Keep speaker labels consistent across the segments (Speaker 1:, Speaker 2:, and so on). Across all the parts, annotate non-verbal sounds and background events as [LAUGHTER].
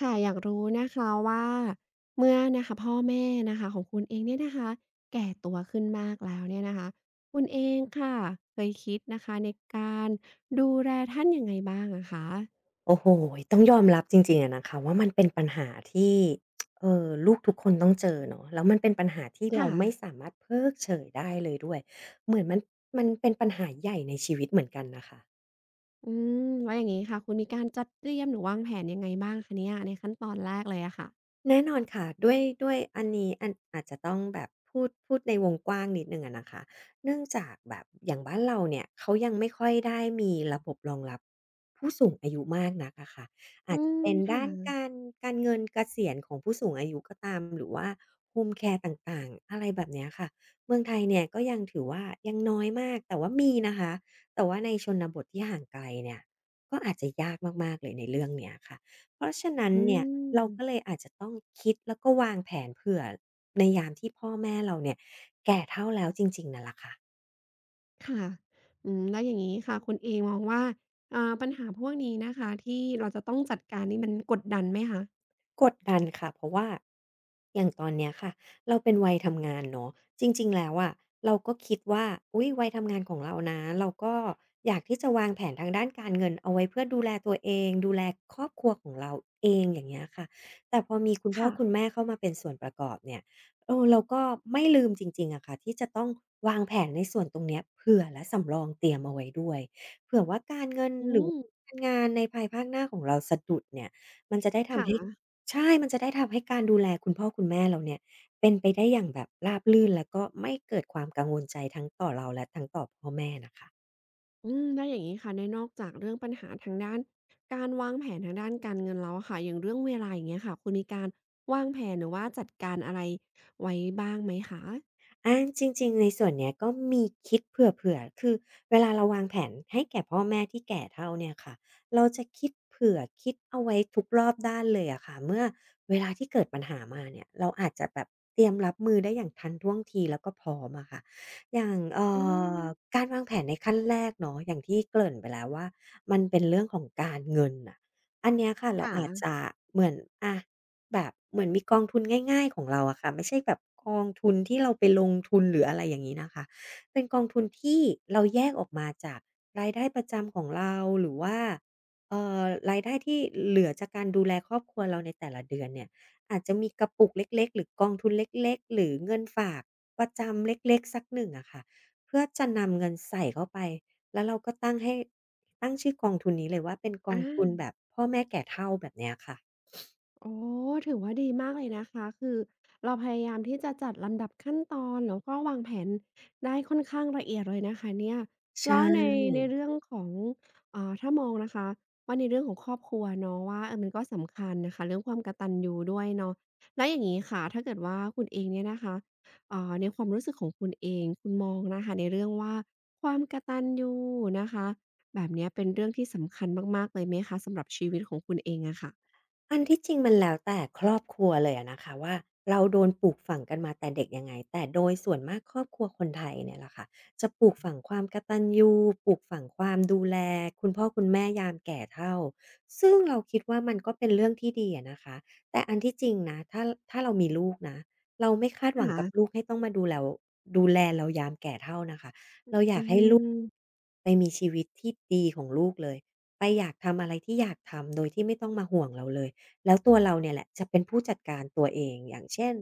Speaker 1: ค่ะอยากรู้นะคะว่าเมื่อนะคะพ่อแม่นะคะของคุณเองเนี่ยนะคะแก่ตัวขึ้นมากแล้วเนี่ยนะคะคุณเองค่ะเคยคิดนะคะในการดูแลท่านยังไงบ้างอะคะ
Speaker 2: โอ้โหต้องยอมรับจริงๆอะนะคะว่ามันเป็นปัญหาที่ลูกทุกคนต้องเจอเนาะแล้วมันเป็นปัญหาที่เรา
Speaker 1: ค่ะ
Speaker 2: ไม่สามารถเพิกเฉยได้เลยด้วยเหมือนมันเป็นปัญหาใหญ่ในชีวิตเหมือนกันน่ะค่ะ
Speaker 1: อืมแล้วอย่างงี้ค่ะคุณมีการจัดเตรียมหรือวางแผนยังไงบ้างคะเนี่ยในขั้นตอนแรกเลยอะค่ะ
Speaker 2: แน่นอนค่ะด้วยอันนี้อาจจะต้องแบบพูดในวงกว้างนิดหนึ่งอะนะคะเนื่องจากแบบอย่างบ้านเราเนี่ยเขายังไม่ค่อยได้มีระบบรองรับผู้สูงอายุมากนักอะค่ะ
Speaker 1: อื
Speaker 2: อาจจะ
Speaker 1: ม
Speaker 2: เป็นด้าน
Speaker 1: ค่ะ
Speaker 2: การเงินเกษียณของผู้สูงอายุก็ตามหรือว่าโฮมแคร์ต่างๆอะไรแบบเนี้ยค่ะเมืองไทยเนี่ยก็ยังถือว่ายังน้อยมากแต่ว่ามีนะคะแต่ว่าในชนบทที่ห่างไกลเนี่ยก็อาจจะยากมากๆเลยในเรื่องเนี้ยค่ะ เพราะฉะนั้น
Speaker 1: อื
Speaker 2: เนี่ย
Speaker 1: ม
Speaker 2: เราก็เลยอาจจะต้องคิดแล้วก็วางแผนเผื่อในยามที่พ่อแม่เราเนี่ยแก่เฒ่าแล้วจริงๆนั่นแหละค่ะ
Speaker 1: ค่ะอืมแล้วอย่างงี้ค่ะคุณเองมองว่าปัญหาพวกนี้นะคะที่เราจะต้องจัดการนี่มันกดดันไหมคะ
Speaker 2: กดดันค่ะเพราะว่าอย่างตอนเนี้ยค่ะเราเป็นวัยทำงานเนาะจริงๆแล้วอะเราก็คิดว่าอุ๊ยวัยทำงานของเรานะเราก็อยากที่จะวางแผนทางด้านการเงินเอาไว้เพื่อดูแลตัวเองดูแลครอบครัวของเราเองอย่างเงี้ยค่ะแต่พอมีคุณพ่อ
Speaker 1: ค่ะ
Speaker 2: คุณแม่เข้ามาเป็นส่วนประกอบเนี่ยเออเราก็ไม่ลืมจริงๆอะค่ะที่จะต้องวางแผนในส่วนตรงเนี้ยเผื่อและสำรองเตรียมเอาไว้ด้วยเผื่อว่าการเงิน
Speaker 1: อื
Speaker 2: หรือ
Speaker 1: ม
Speaker 2: การงานในภายภาคหน้าของเราสะดุดเนี่ยมันจะได้ทำให้
Speaker 1: ค่ะ
Speaker 2: ใช่มันจะได้ทำให้การดูแลคุณพ่อคุณแม่เราเนี่ยเป็นไปได้อย่างแบบราบรื่นแล้วก็ไม่เกิดความกังวลใจทั้งต่อเราและทั้งต่อพ่อแม่นะคะ
Speaker 1: อืมแล้วอย่างงี้ค่ะในนอกจากเรื่องปัญหาทางด้านการวางแผนทางด้านการเงินแล้วอะค่ะ อย่างเรื่องเวลาอย่างเงี้ยค่ะ คุณมีการวางแผนหรือว่าจัดการอะไรไว้บ้างไหมคะ
Speaker 2: อาจริงๆในส่วนเนี้ยก็มีคิดเผื่อๆคือเวลาเราวางแผนให้แก่พ่อแม่ที่แก่เฒ่าเนี่ยค่ะเราจะคิดเผื่อคิดเอาไว้ทุกรอบด้านเลยอะค่ะเมื่อเวลาที่เกิดปัญหามาเนี่ยเราอาจจะแบบเตรียมรับมือได้อย่างทันท่วงทีแล้วก็พร้อมอะค่ะอย่าง
Speaker 1: อืม
Speaker 2: อการวางแผนในขั้นแรกเนาะอย่างที่เกริ่นไปแล้วว่ามันเป็นเรื่องของการเงินน่ะอันเนี้ยค่ะเรา
Speaker 1: ค่ะ
Speaker 2: อาจจะเหมือนอา แบบเหมือนมีกองทุนง่ายๆของเราอะค่ะไม่ใช่แบบกองทุนที่เราไปลงทุนหรืออะไรอย่างงี้นะคะเป็นกองทุนที่เราแยกออกมาจากรายได้ประจำของเราหรือว่าเอ่อรายได้ที่เหลือจากการดูแลครอบครัวเราในแต่ละเดือนเนี่ยอาจจะมีกระปุกเล็กๆหรือกองทุนเล็กๆหรือเงินฝากประจำเล็กๆสักหนึ่งอะค่ะเพื่อจะนำเงินใส่เข้าไปแล้วเราก็ตั้งให้ตั้งชื่อกองทุนนี้เลยว่าเป็นกอง
Speaker 1: อา
Speaker 2: ทุนแบบพ่อแม่แก่เฒ่าแบบเนี้ยค่ะ
Speaker 1: โอ้ถือว่าดีมากเลยนะคะ คือเราพยายามที่จะจัดลำดับขั้นตอนแล้วก็วางแผนได้ค่อนข้างละเอียดเลยนะคะเนี่ย
Speaker 2: ใช่
Speaker 1: แล้วในเรื่องของถ้ามองนะคะว่าในเรื่องของครอบครัวเนาะว่าเออมันก็สำคัญนะคะเรื่องความกตัญญูด้วยเนาะแล้วอย่างงี้ค่ะถ้าเกิดว่าคุณเองเนี่ยนะคะในความรู้สึกของคุณเองคุณมองนะคะในเรื่องว่าความกตัญญูนะคะแบบเนี้ยเป็นเรื่องที่สำคัญมากๆเลยไหมคะสำหรับชีวิตของคุณเองอะค่ะ
Speaker 2: อันที่จริงมันแล้วแต่ครอบครัวเลยอะนะคะว่าเราโดนปลูกฝังกันมาแต่เด็กยังไงแต่โดยส่วนมากครอบครัวคนไทยเนี่ยแหละค่ะจะปลูกฝังความกตัญญูปลูกฝังความดูแลคุณพ่อคุณแม่ยามแก่เฒ่าซึ่งเราคิดว่ามันก็เป็นเรื่องที่ดีอะนะคะแต่อันที่จริงนะถ้าเรามีลูกนะเราไม่คาด
Speaker 1: ค
Speaker 2: หวังกับลูก
Speaker 1: ่ะ
Speaker 2: ให้ต้องมาดูแลเรายามแก่เฒ่านะคะ เราอ
Speaker 1: อื
Speaker 2: ยากให้ลูก
Speaker 1: ม
Speaker 2: ไปมีชีวิตที่ดีของลูกเลยไปอยากทำอะไรที่อยากทำโดยที่ไม่ต้องมาห่วงเราเลยแล้วตัวเราเนี่ยแหละจะเป็นผู้จัดการตัวเองอย่างเช่น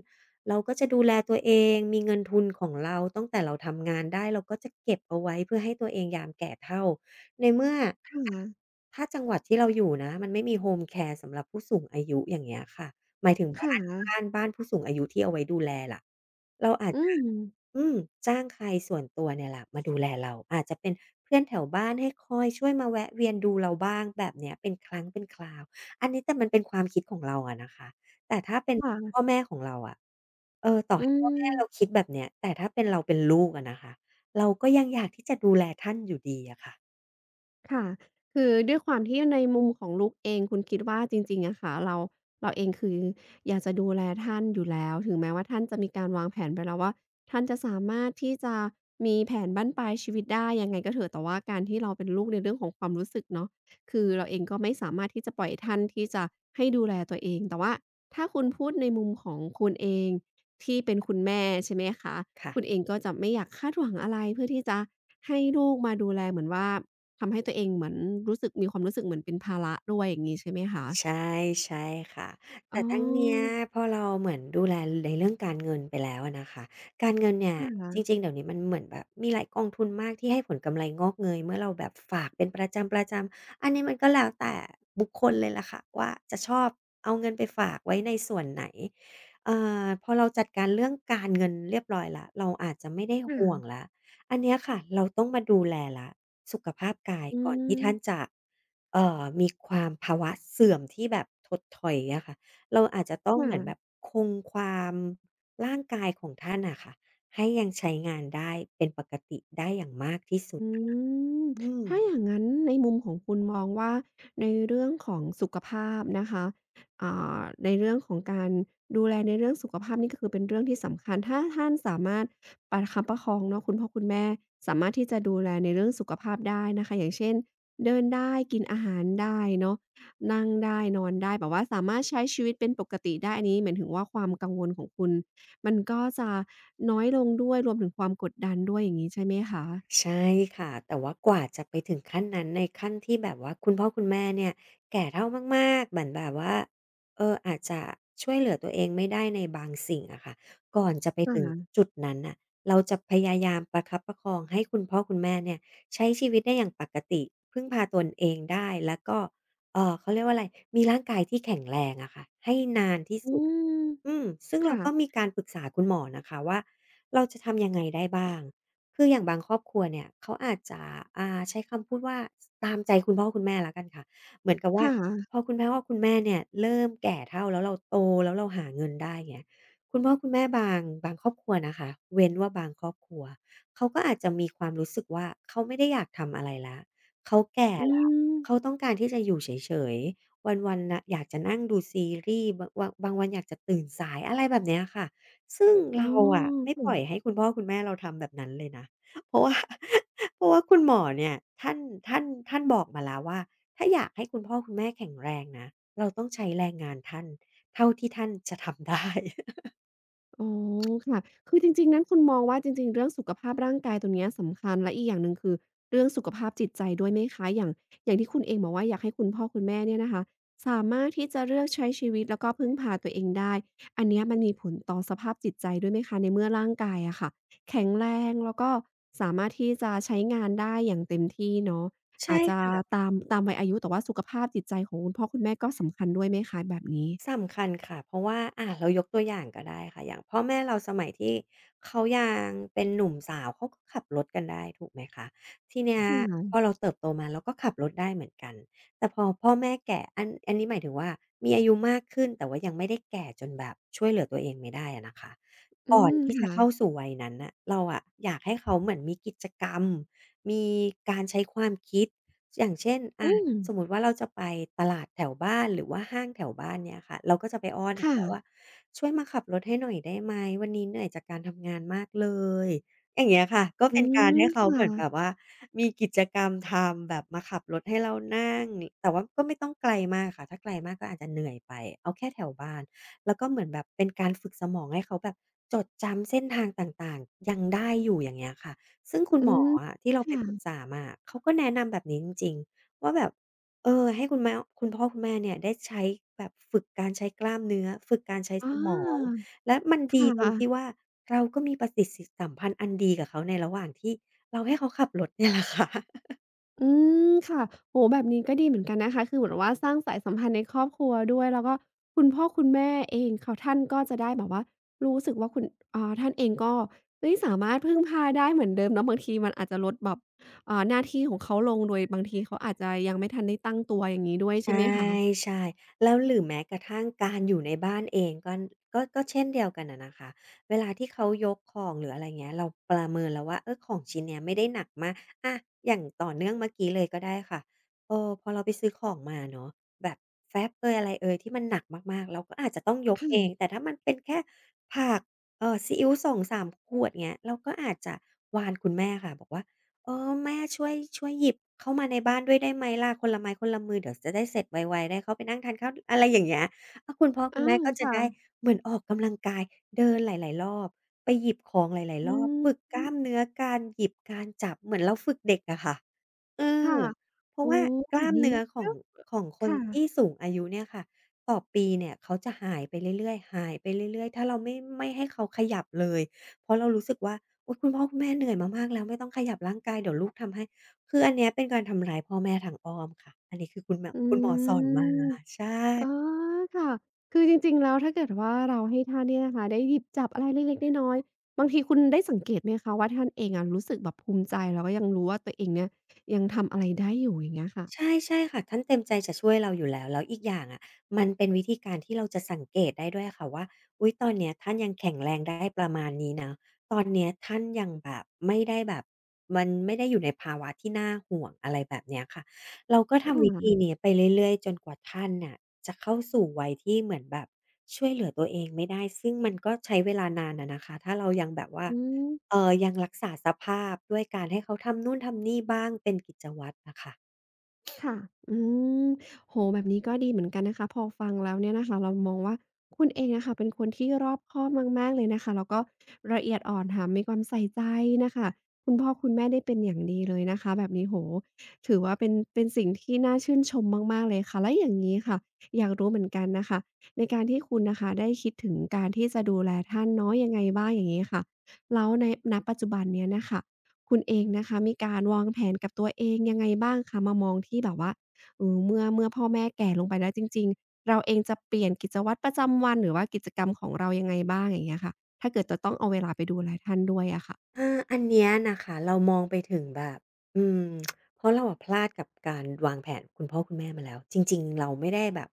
Speaker 2: เราก็จะดูแลตัวเองมีเงินทุนของเราตั้งแต่เราทำงานได้เราก็จะเก็บเอาไว้เพื่อให้ตัวเองยามแก่เฒ่าในเมื่ออะ
Speaker 1: ค่ะ
Speaker 2: ถ้าจังหวัดที่เราอยู่นะมันไม่มีโฮมแคร์สำหรับผู้สูงอายุอย่างเงี้ยค่ะ หมายถึง
Speaker 1: ค่ะ
Speaker 2: บ้านผู้สูงอายุที่เอาไว้ดูแลล่ะเราอาจ
Speaker 1: อื
Speaker 2: จะ
Speaker 1: ม
Speaker 2: อืมจ้างใครส่วนตัวเนี่ยแหละมาดูแลเราอาจจะเป็นเพื่อนแถวบ้านให้คอยช่วยมาแวะเวียนดูเราบ้างแบบเนี้ยเป็นครั้งเป็นคราวอันนี้แต่มันเป็นความคิดของเราอะนะคะแต่ถ้าเป็นพ่
Speaker 1: ค่ะ
Speaker 2: อแม่ของเราอะเออต่อ
Speaker 1: อื
Speaker 2: ให้พ่อแม่
Speaker 1: ม
Speaker 2: เราคิดแบบเนี้ยแต่ถ้าเป็นเราเป็นลูกอะนะคะเราก็ยังอยากที่จะดูแลท่านอยู่ดีอะค่ะ
Speaker 1: ค่ะ คือด้วยความที่ในมุมของลูกเองคุณคิดว่าจริงๆอะค่ะเราเองคืออยากจะดูแลท่านอยู่แล้วถึงแม้ว่าท่านจะมีการวางแผนไปแล้วว่าท่านจะสามารถที่จะมีแผนบั้นปลายชีวิตได้ยังไงก็เถอะแต่ว่าการที่เราเป็นลูกในเรื่องของความรู้สึกเนาะคือเราเองก็ไม่สามารถที่จะปล่อยท่านที่จะให้ดูแลตัวเองแต่ว่าถ้าคุณพูดในมุมของคุณเองที่เป็นคุณแม่ใช่ไหมคะ
Speaker 2: ค่ะ
Speaker 1: คุณเองก็จะไม่อยากคาดหวังอะไรเพื่อที่จะให้ลูกมาดูแลเหมือนว่า ทำให้ตัวเองเหมือนรู้สึกมีความรู้สึกเหมือนเป็นภาระด้วยอย่างงี้ใช่ไหมคะ
Speaker 2: ใช่ใช่ค่ะ
Speaker 1: อ๋
Speaker 2: แต่ทั้งเนี้ย
Speaker 1: อ
Speaker 2: พอเราเหมือนดูแลในเรื่องการเงินไปแล้วอะนะคะการเงินเนี่ยจ
Speaker 1: ค่ะ
Speaker 2: ริงๆเดี๋ยวนี้มันเหมือนแบบมีหลายกองทุนมากที่ให้ผลกำไรงอกเงยเมื่อเราแบบฝากเป็นประจำๆอันนี้มันก็แล้วแต่บุคคลเลยล่ะค่ะว่าจะชอบเอาเงินไปฝากไว้ในส่วนไหนเอ่พอเราจัดการเรื่องการเงินเรียบร้อยแล้วเราอาจจะไม่ได้ห่วง
Speaker 1: ค่ะ
Speaker 2: แล้ว อันเนี้ยค่ะเราต้องมาดูแลละสุขภาพกาย
Speaker 1: อื
Speaker 2: ก่อนที่
Speaker 1: ม
Speaker 2: ท่านจะมีความภาวะเสื่อมที่แบบถดถอยอะค่ะเราอาจจะต้องเหมือนแบบ
Speaker 1: ค่ะ
Speaker 2: คงความร่างกายของท่านน่ะค่ะให้ยังใช้งานได้เป็นปกติได้อย่างมากที่สุด
Speaker 1: อืม
Speaker 2: อืม
Speaker 1: ถ้าอย่างงั้นในมุมของคุณมองว่าในเรื่องของสุขภาพนะคะอ่ในเรื่องของการดูแลในเรื่องสุขภาพนี่ก็คือเป็นเรื่องที่สำคัญถ้าท่านสามารถประคับประคองเนาะคุณพ่อคุณแม่สามารถที่จะดูแลในเรื่องสุขภาพได้นะคะอย่างเช่นเดินได้กินอาหารได้เนาะนั่งได้นอนได้แบบว่าสามารถใช้ชีวิตเป็นปกติได้อันนี้หมายถึงว่าความกังวลของคุณมันก็จะน้อยลงด้วยรวมถึงความกดดันด้วยอย่างงี้ใช่ไหมคะ
Speaker 2: ใช่ค่ะแต่ว่ากว่าจะไปถึงขั้นนั้นในขั้นที่แบบว่าคุณพ่อคุณแม่เนี่ยแก่เฒ่ามากๆเหมือนแบบว่าเอออาจจะช่วยเหลือตัวเองไม่ได้ในบางสิ่งอะค่ะก่อนจะไป
Speaker 1: ค่
Speaker 2: ถึง
Speaker 1: ะ
Speaker 2: จุดนั้นน่ะเราจะพยายามประคับประคองให้คุณพ่อคุณแม่เนี่ยใช้ชีวิตได้อย่างปกติพึ่งพาตนเองได้แล้วก็เขาเรียกว่าอะไรมีร่างกายที่แข็งแรงอะค่ะให้นานที่
Speaker 1: อื
Speaker 2: สุด
Speaker 1: ม
Speaker 2: อืมซึ่งเราก็มี
Speaker 1: ค่ะ
Speaker 2: การปรึกษาคุณหมอนะคะว่าเราจะทำยังไงได้บ้างคืออย่างบางครอบครัวเนี่ยเขาอาจจะใช้คำพูดว่าตามใจคุณพ่อคุณแม่แล้วกันค่ะเหมือนกับว่า
Speaker 1: ค่ะ
Speaker 2: พอคุณพ่อคุณแม่เนี่ยเริ่มแก่เฒ่าแล้วเราโตแล้วเราหาเงินได้อย่างเงี้ยคุณพ่อคุณแม่บางครอบครัวนะคะเว้นว่าบางครอบครัวเขาก็อาจจะมีความรู้สึกว่าเขาไม่ได้อยากทำอะไรแล้วเขาแก่
Speaker 1: อื
Speaker 2: แล้ว
Speaker 1: ม
Speaker 2: เขาต้องการที่จะอยู่เฉยๆ วันๆน่ะอยากจะนั่งดูซีรีส์บางวันอยากจะตื่นสายอะไรแบบเนี้ยค่ะซึ่ง
Speaker 1: อ๋อ
Speaker 2: เราอะไม่ปล่อย
Speaker 1: ค่ะ
Speaker 2: ให้คุณพ่อคุณแม่เราทำแบบนั้นเลยนะเพราะว่า [LAUGHS] เพราะว่าคุณหมอเนี่ยท่านท่านบอกมาแล้วว่าถ้าอยากให้คุณพ่อคุณแม่แข็งแรงนะเราต้องใช้แรงงานท่านเท่าที่ท่านจะทำได้
Speaker 1: อ๋อค่ะคือจริงๆนั้นคุณมองว่าจริงๆเรื่องสุขภาพร่างกายตรงเนี้ยสำคัญและอีกอย่างหนึ่งคือเรื่องสุขภาพจิตใจด้วยไหมคะอย่างที่คุณเองบอกว่าอยากให้คุณพ่อคุณแม่เนี่ยนะคะสามารถที่จะเลือกใช้ชีวิตแล้วก็พึ่งพาตัวเองได้อันเนี้ยมันมีผลต่อสภาพจิตใจด้วยไหมคะในเมื่อร่างกายอะค่ะแข็งแรงแล้วก็สามารถที่จะใช้งานได้อย่างเต็มที่เนาะ
Speaker 2: [LAUGHS] ใช่
Speaker 1: อาจจะ
Speaker 2: ค่ะ
Speaker 1: ตามวัยอายุแต่ว่าสุขภาพจิตใจของคุณพ่อคุณแม่ก็สำคัญด้วยไหมคะแบบนี้
Speaker 2: สำคัญค่ะเพราะว่าเรายกตัวอย่างก็ได้ค่ะอย่างพ่อแม่เราสมัยที่เขายังเป็นหนุ่มสาวเขาก็ขับรถกันได้ถูกไหมคะทีเนี้ย
Speaker 1: ค่
Speaker 2: พอ
Speaker 1: ะ
Speaker 2: เราเติบโตมาเราก็ขับรถได้เหมือนกันแต่พอพ่อแม่แก่อันนี้หมายถึงว่ามีอายุมากขึ้นแต่ว่ายังไม่ได้แก่จนแบบช่วยเหลือตัวเองไม่ได้อะนะคะ
Speaker 1: อื
Speaker 2: ก่อน
Speaker 1: ม
Speaker 2: ที่จะเข้า
Speaker 1: ค่ะ
Speaker 2: สู่วัยนั้นน่ะเราอะอยากให้เขาเหมือนมีกิจกรรมมีการใช้ความคิด อย่างเช่นอะ
Speaker 1: อืม
Speaker 2: สมมุติว่าเราจะไปตลาดแถวบ้านหรือว่าห้างแถวบ้านเนี่ยค่ะเราก็จะไปอ้อนเขาแล้วว่า
Speaker 1: ค่ะ
Speaker 2: ช่วยมาขับรถให้หน่อยได้ไหม วันนี้เหนื่อยจากการทำงานมากเลยอย่างเงี้ยค่ะก็
Speaker 1: อื
Speaker 2: เป็นการ
Speaker 1: ม
Speaker 2: ให้เขาเห
Speaker 1: ค่ะ
Speaker 2: มือนแบบว่ามีกิจกรรมทำแบบมาขับรถให้เรานั่งแต่ว่าก็ไม่ต้องไกลมากค่ะถ้าไกลมากก็อาจจะเหนื่อยไปเอาแค่แถวบ้านแล้วก็เหมือนแบบเป็นการฝึกสมองให้เขาแบบจดจำเส้นทางต่างๆยังได้อยู่อย่างเงี้ยค่ะ ซึ่งคุณ
Speaker 1: อื
Speaker 2: หมอ
Speaker 1: ม
Speaker 2: อะที่เราไปปรึก
Speaker 1: ค่ะ
Speaker 2: ษามาเขาก็แนะนำแบบนี้จริงๆว่าแบบเออให้คุณแม่คุณพ่อคุณแม่เนี่ยได้ใช้แบบฝึกการใช้กล้ามเนื้อฝึกการใช้
Speaker 1: อ
Speaker 2: สมอง
Speaker 1: า
Speaker 2: และมัน
Speaker 1: ค
Speaker 2: ดีตรงที่
Speaker 1: ่ะ
Speaker 2: ว่าเราก็มีปฏิสิสัมพันธ์อันดีกับเขาในระหว่างที่เราให้เขาขับรถเนี่ยแหละค่ะ
Speaker 1: อืมค่ะโอ้โฮแบบนี้ก็ดีเหมือนกันนะคะ คือเหมือนว่าสร้างสายสัมพันธ์ในครอบครัวด้วย แล้วก็คุณพ่อคุณแม่เองเขาท่านก็จะได้แบบว่ารู้สึกว่าคุณท่านเองก็เฮ้ยสามารถพึ่งพาได้เหมือนเดิมเนาะบางทีมันอาจจะลดแบบหน้าที่ของเขาลงโดยบางทีเขาอาจจะยังไม่ทันได้ตั้งตัวอย่างงี้ด้วยใช่
Speaker 2: ใช่
Speaker 1: ไหมคะ
Speaker 2: ใช่แล้วหรือแม้กระทั่งการอยู่ในบ้านเองก็ก็เช่นเดียวกันอะนะคะเวลาที่เขายกของหรืออะไรเงี้ยเราประเมินแล้วว่าเออของชิ้นเนี้ยไม่ได้หนักมากอาอย่างต่อเนื่องเมื่อกี้เลยก็ได้ค่ะเออพอเราไปซื้อของมาเนาะแบบแฟ้บเอยอะไรเอยที่มันหนักมากๆเราก็อาจจะต้องยกเอ
Speaker 1: ค่ะ
Speaker 2: งแต่ถ้ามันเป็นแค่ผักซีอิ๊ว2-3 ขวดเงี้ยเราก็อาจจะวานคุณแม่ค่ะบอกว่า เออแม่ช่วยหยิบเข้ามาในบ้านด้วยได้ไหมล่ะคนละไม้คนละมือเดี๋ยวจะได้เสร็จไวๆได้เข้าไปนั่งทานข้าวอะไรอย่างเงี้ยคุณพ่อคุณ
Speaker 1: อา
Speaker 2: แม่ก็จะ
Speaker 1: ค่ะ
Speaker 2: ได้เหมือนออกกำลังกายเดินหลายๆรอบไปหยิบของหลายๆร
Speaker 1: อื
Speaker 2: อบฝึก
Speaker 1: ม
Speaker 2: กล้ามเนื้อการหยิบการจับเหมือนเราฝึกเด็กอะค่ะเออ
Speaker 1: ค่ะ
Speaker 2: เพราะ
Speaker 1: โอ้
Speaker 2: ว่าก
Speaker 1: แบ
Speaker 2: ล้า
Speaker 1: บ
Speaker 2: ม
Speaker 1: นี้
Speaker 2: เนื้อของ
Speaker 1: ก็
Speaker 2: ของคน
Speaker 1: ค่ะ
Speaker 2: ที่สูงอายุเนี่ยค่ะต่อปีเนี่ยเขาจะหายไปเรื่อยๆหายไปเรื่อยๆถ้าเราไม่ให้เขาขยับเลยเพราะเรารู้สึกว่า อุ๊ยคุณพ่อคุณแม่เหนื่อยมามากแล้วไม่ต้องขยับร่างกายเดี๋ยวลูกทำให้คืออันเนี้ยเป็นการทำร้ายพ่อแม่ทางอ้อมค่ะอันนี้คือ
Speaker 1: อื
Speaker 2: คุณหมอสอนมา
Speaker 1: ม
Speaker 2: ใช่
Speaker 1: อ๋อค่ะ คือจริงๆ แล้วถ้าเกิดว่าเราให้ท่านเนี่ยนะคะได้หยิบจับอะไรเล็กๆ น้อยๆบางทีคุณได้สังเกตไหมคะว่าท่านเองอะรู้สึกแบบภูมิใจแล้วก็ยังรู้ว่าตัวเองเนี่ยยังทำอะไรได้อยู่อย่างเงี้ยค่ะ
Speaker 2: ใช่ค่ะท่านเต็มใจจะช่วยเราอยู่แล้วแล้วอีกอย่างอะมันเป็นวิธีการที่เราจะสังเกตได้ด้วยค่ะว่าอุ๊ยตอนเนี้ยท่านยังแข็งแรงได้ประมาณนี้นะตอนเนี้ยท่านยังแบบไม่ได้แบบมันไม่ได้อยู่ในภาวะที่น่าห่วงอะไรแบบเนี้ยค่ะเราก็
Speaker 1: ค
Speaker 2: ทำวิธี
Speaker 1: ่ะ
Speaker 2: นี้ไปเรื่อยๆจนกว่าท่านน่ะจะเข้าสู่วัยที่เหมือนแบบช่วยเหลือตัวเองไม่ได้ซึ่งมันก็ใช้เวลานานอะนะคะถ้าเรายังแบบว่า
Speaker 1: อืม
Speaker 2: ยังรักษาสภาพด้วยการให้เขาทำนู่นทำนี่บ้างเป็นกิจวัตรอะค่ะ
Speaker 1: ค่ะอืมโอ้โฮแบบนี้ก็ดีเหมือนกันนะคะพอฟังแล้วเนี่ยนะคะเรามองว่าคุณเองอะค่ะเป็นคนที่รอบคอบมากๆเลยนะคะแล้วก็ละเอียดอ่อนแถมมีความใส่ใจน่ะค่ะคุณพ่อคุณแม่ได้เป็นอย่างดีเลยนะคะแบบนี้โอ้โฮถือว่าเป็นสิ่งที่น่าชื่นชมมากๆเลยค่ะแล้วอย่างงี้ค่ะอยากรู้เหมือนกันน่ะค่ะในการที่คุณน่ะค่ะได้คิดถึงการที่จะดูแลท่านเนาะยังไงบ้างอย่างงี้ค่ะแล้วในณปัจจุบันเนี้ยน่ะค่ะ คุณเองนะคะมีการวางแผนกับตัวเองยังไงบ้างคะมามองที่แบบว่าเมื่อพ่อแม่แก่ลงไปแล้วจริงๆเราเองจะเปลี่ยนกิจวัตรประจำวันหรือว่ากิจกรรมของเรายังไงบ้างอย่างเงี้ยค่ะถ้าเกิดจะต้องเอาเวลาไปดูแลท่านด้วยอะค่ะ
Speaker 2: อันเนี้ยน่ะค่ะเรามองไปถึงแบบอืมเพราะเราอะพลาดกับการวางแผนคุณพ่อคุณแม่มาแล้วจริงๆเราไม่ได้แบบ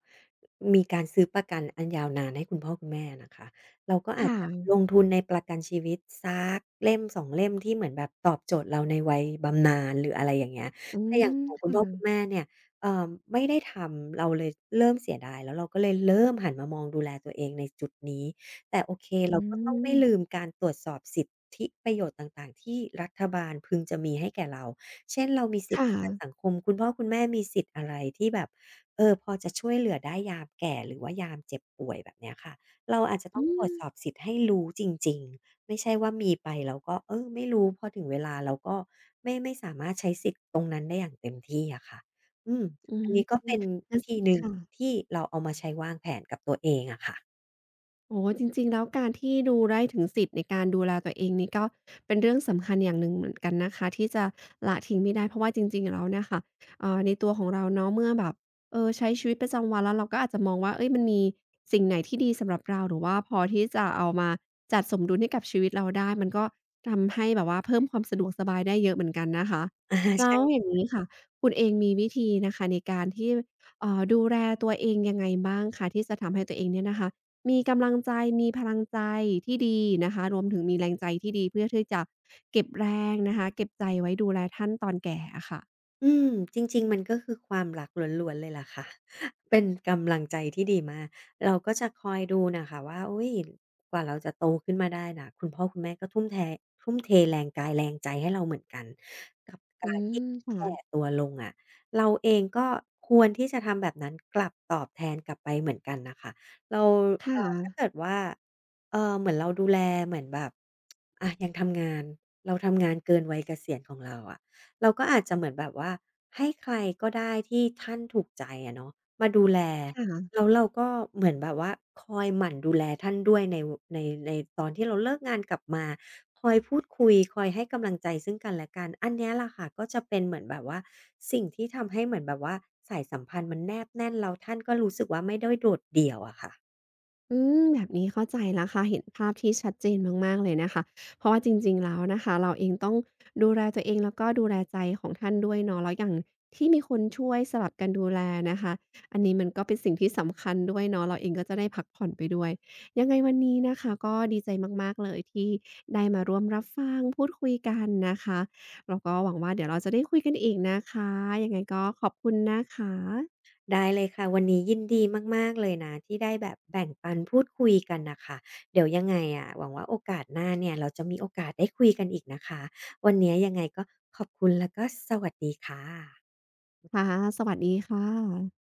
Speaker 2: มีการซื้อประกันอันยาวนานให้คุณพ่อคุณแม่นะคะเราก็อาจจะล
Speaker 1: ค่ะ
Speaker 2: งทุนในประกันชีวิตสักเล่มสองเล่มที่เหมือนแบบตอบโจทย์เราในวัยบำนาญหรืออะไรอย่างเงี้ย
Speaker 1: อื
Speaker 2: แต่อย่า
Speaker 1: ม
Speaker 2: งของ
Speaker 1: ค
Speaker 2: คุณพ่อคุณ
Speaker 1: ่ะ
Speaker 2: แม่เนี่ยเอ่อไม่ได้ทำเราเลยเริ่มเสียดายแล้วเราก็เลยเริ่มหันมามองดูแลตัวเองในจุดนี้ แต่โอเค
Speaker 1: อื
Speaker 2: เราก็ต้องไม่
Speaker 1: ม
Speaker 2: ลืมการตรวจสอบสิทธิประโยชน์ต่างๆที่รัฐบาลพึงจะมีให้แก่เราเช่นเรามีสิทธิ
Speaker 1: ค่ะ
Speaker 2: ประกันสังคมคุณพ่อคุณแม่มีสิทธิ์อะไรที่แบบพอจะช่วยเหลือได้ยามแก่หรือว่ายามเจ็บป่วยแบบเนี้ยค่ะเราอาจจะต้อ
Speaker 1: อื
Speaker 2: งตรวจ
Speaker 1: ม
Speaker 2: สอบสิทธิ์ให้รู้จริงๆไม่ใช่ว่ามีไปแล้วก็เออไม่รู้พอถึงเวลาเราก็ไม่สามารถใช้สิทธิ์ตรงนั้นได้อย่างเต็มที่อะค่ะอืม
Speaker 1: อื
Speaker 2: อัน
Speaker 1: ม
Speaker 2: นี้ก็เป็น
Speaker 1: นั่
Speaker 2: วิ
Speaker 1: น
Speaker 2: ธี
Speaker 1: สิ
Speaker 2: หนึ่ง
Speaker 1: ค่ะ
Speaker 2: ที่เราเอามาใช้วางแผนกับตัวเองอะค่ะ
Speaker 1: โอ้โฮจริงๆแล้วการที่ดูได้ถึงสิทธิ์ในการดูแลตัวเองนี่ก็เป็นเรื่องสำคัญอย่างหนึ่งเหมือนกันนะคะที่จะละทิ้งไม่ได้เพราะว่าจริงๆแล้วเนี่ยค่ะในตัวของเราเนาะเมื่อแบบเออใช้ชีวิตประจำวันแล้วเราก็อาจจะมองว่าเฮ้ยมันมีสิ่งไหนที่ดีสำหรับเราหรือว่าพอที่จะเอามาจัดสมดุลให้กับชีวิตเราได้มันก็ทำให้แบบว่าเพิ่มความสะดวกสบายได้เยอะเหมือนกันนะคะ
Speaker 2: [LAUGHS] อา
Speaker 1: แล้
Speaker 2: ใช่
Speaker 1: วอย่างงี้ค่ะคุณเองมีวิธีนะคะในการที่ดูแลตัวเองยังไงบ้างคะที่จะทำให้ตัวเองเนี่ยนะคะ มีกำลังใจมีพลังใจที่ดีนะคะรวมถึงมีแรงใจที่ดีเพื่อที่จะเก็บแรงนะคะเก็บใจไว้ดูแลท่านตอนแก่อะค่ะ
Speaker 2: อืมจริงๆมันก็คือความรักล้วนๆเลยล่ะค่ะ [LAUGHS] เป็นกำลังใจที่ดีมากเราก็จะคอยดูน่ะค่ะว่าอุ๊ยกว่าเราจะโตขึ้นมาได้น่ะคุณพ่อคุณแม่ก็ทุ่มเทแรงกายแรงใจให้เราเหมือนกันกับ
Speaker 1: อื
Speaker 2: การ
Speaker 1: ม
Speaker 2: ที่แก่
Speaker 1: ค่ะ
Speaker 2: ตัวลงอะเราเองก็ควรที่จะทำแบบนั้นกลับตอบแทนกลับไปเหมือนกันน่ะค่ะเรา
Speaker 1: ค่ะ
Speaker 2: ถ้าเกิดว่าเหมือนเราดูแลเหมือนแบบอะยังทำงานเราทำงานเกินวัยเกษียณของเราอะ เราก็อาจจะเหมือนแบบว่าให้ใครก็ได้ที่ท่านถูกใจอะเนาะมาดูแล
Speaker 1: ค่ะ
Speaker 2: แล้วเราก็เหมือนแบบว่าคอยหมั่นดูแลท่านด้วยในในตอนที่เราเลิกงานกลับมาคอยพูดคุยคอยให้กำลังใจซึ่งกันและกันอันเนี้ยแหละค่ะก็จะเป็นเหมือนแบบว่าสิ่งที่ทำให้เหมือนแบบว่าสายสัมพันธ์มันแนบแน่นแล้วท่านก็รู้สึกว่าไม่ได้โดดเดี่ยวอะค่ะ
Speaker 1: อืมแบบนี้เข้าใจแล้วค่ะเห็นภาพที่ชัดเจนมากๆเลยนะคะเพราะว่าจริงๆแล้วนะคะเราเองต้องดูแลตัวเองแล้วก็ดูแลใจของท่านด้วยเนาะแล้วอย่างที่มีคนช่วยสลับกันดูแลนะคะอันนี้มันก็เป็นสิ่งที่สำคัญด้วยเนาะเราเองก็จะได้พักผ่อนไปด้วยยังไงวันนี้นะคะก็ดีใจมากๆเลยที่ได้มาร่วมรับฟังพูดคุยกันนะคะแล้วก็หวังว่าเดี๋ยวเราจะได้คุยกันอีกนะคะยังไงก็ขอบคุณนะคะ
Speaker 2: ได้เลยค่ะวันนี้ยินดีมากๆเลยนะที่ได้แบบแบ่งปันพูดคุยกันน่ะค่ะเดี๋ยวยังไงอะหวังว่าโอกาสหน้าเนี่ยเราจะมีโอกาสได้คุยกันอีกนะคะวันเนี้ยยังไงก็ขอบคุณแล้วก็สวัสดีค่ะ
Speaker 1: ค่ะสวัสดีค่ะ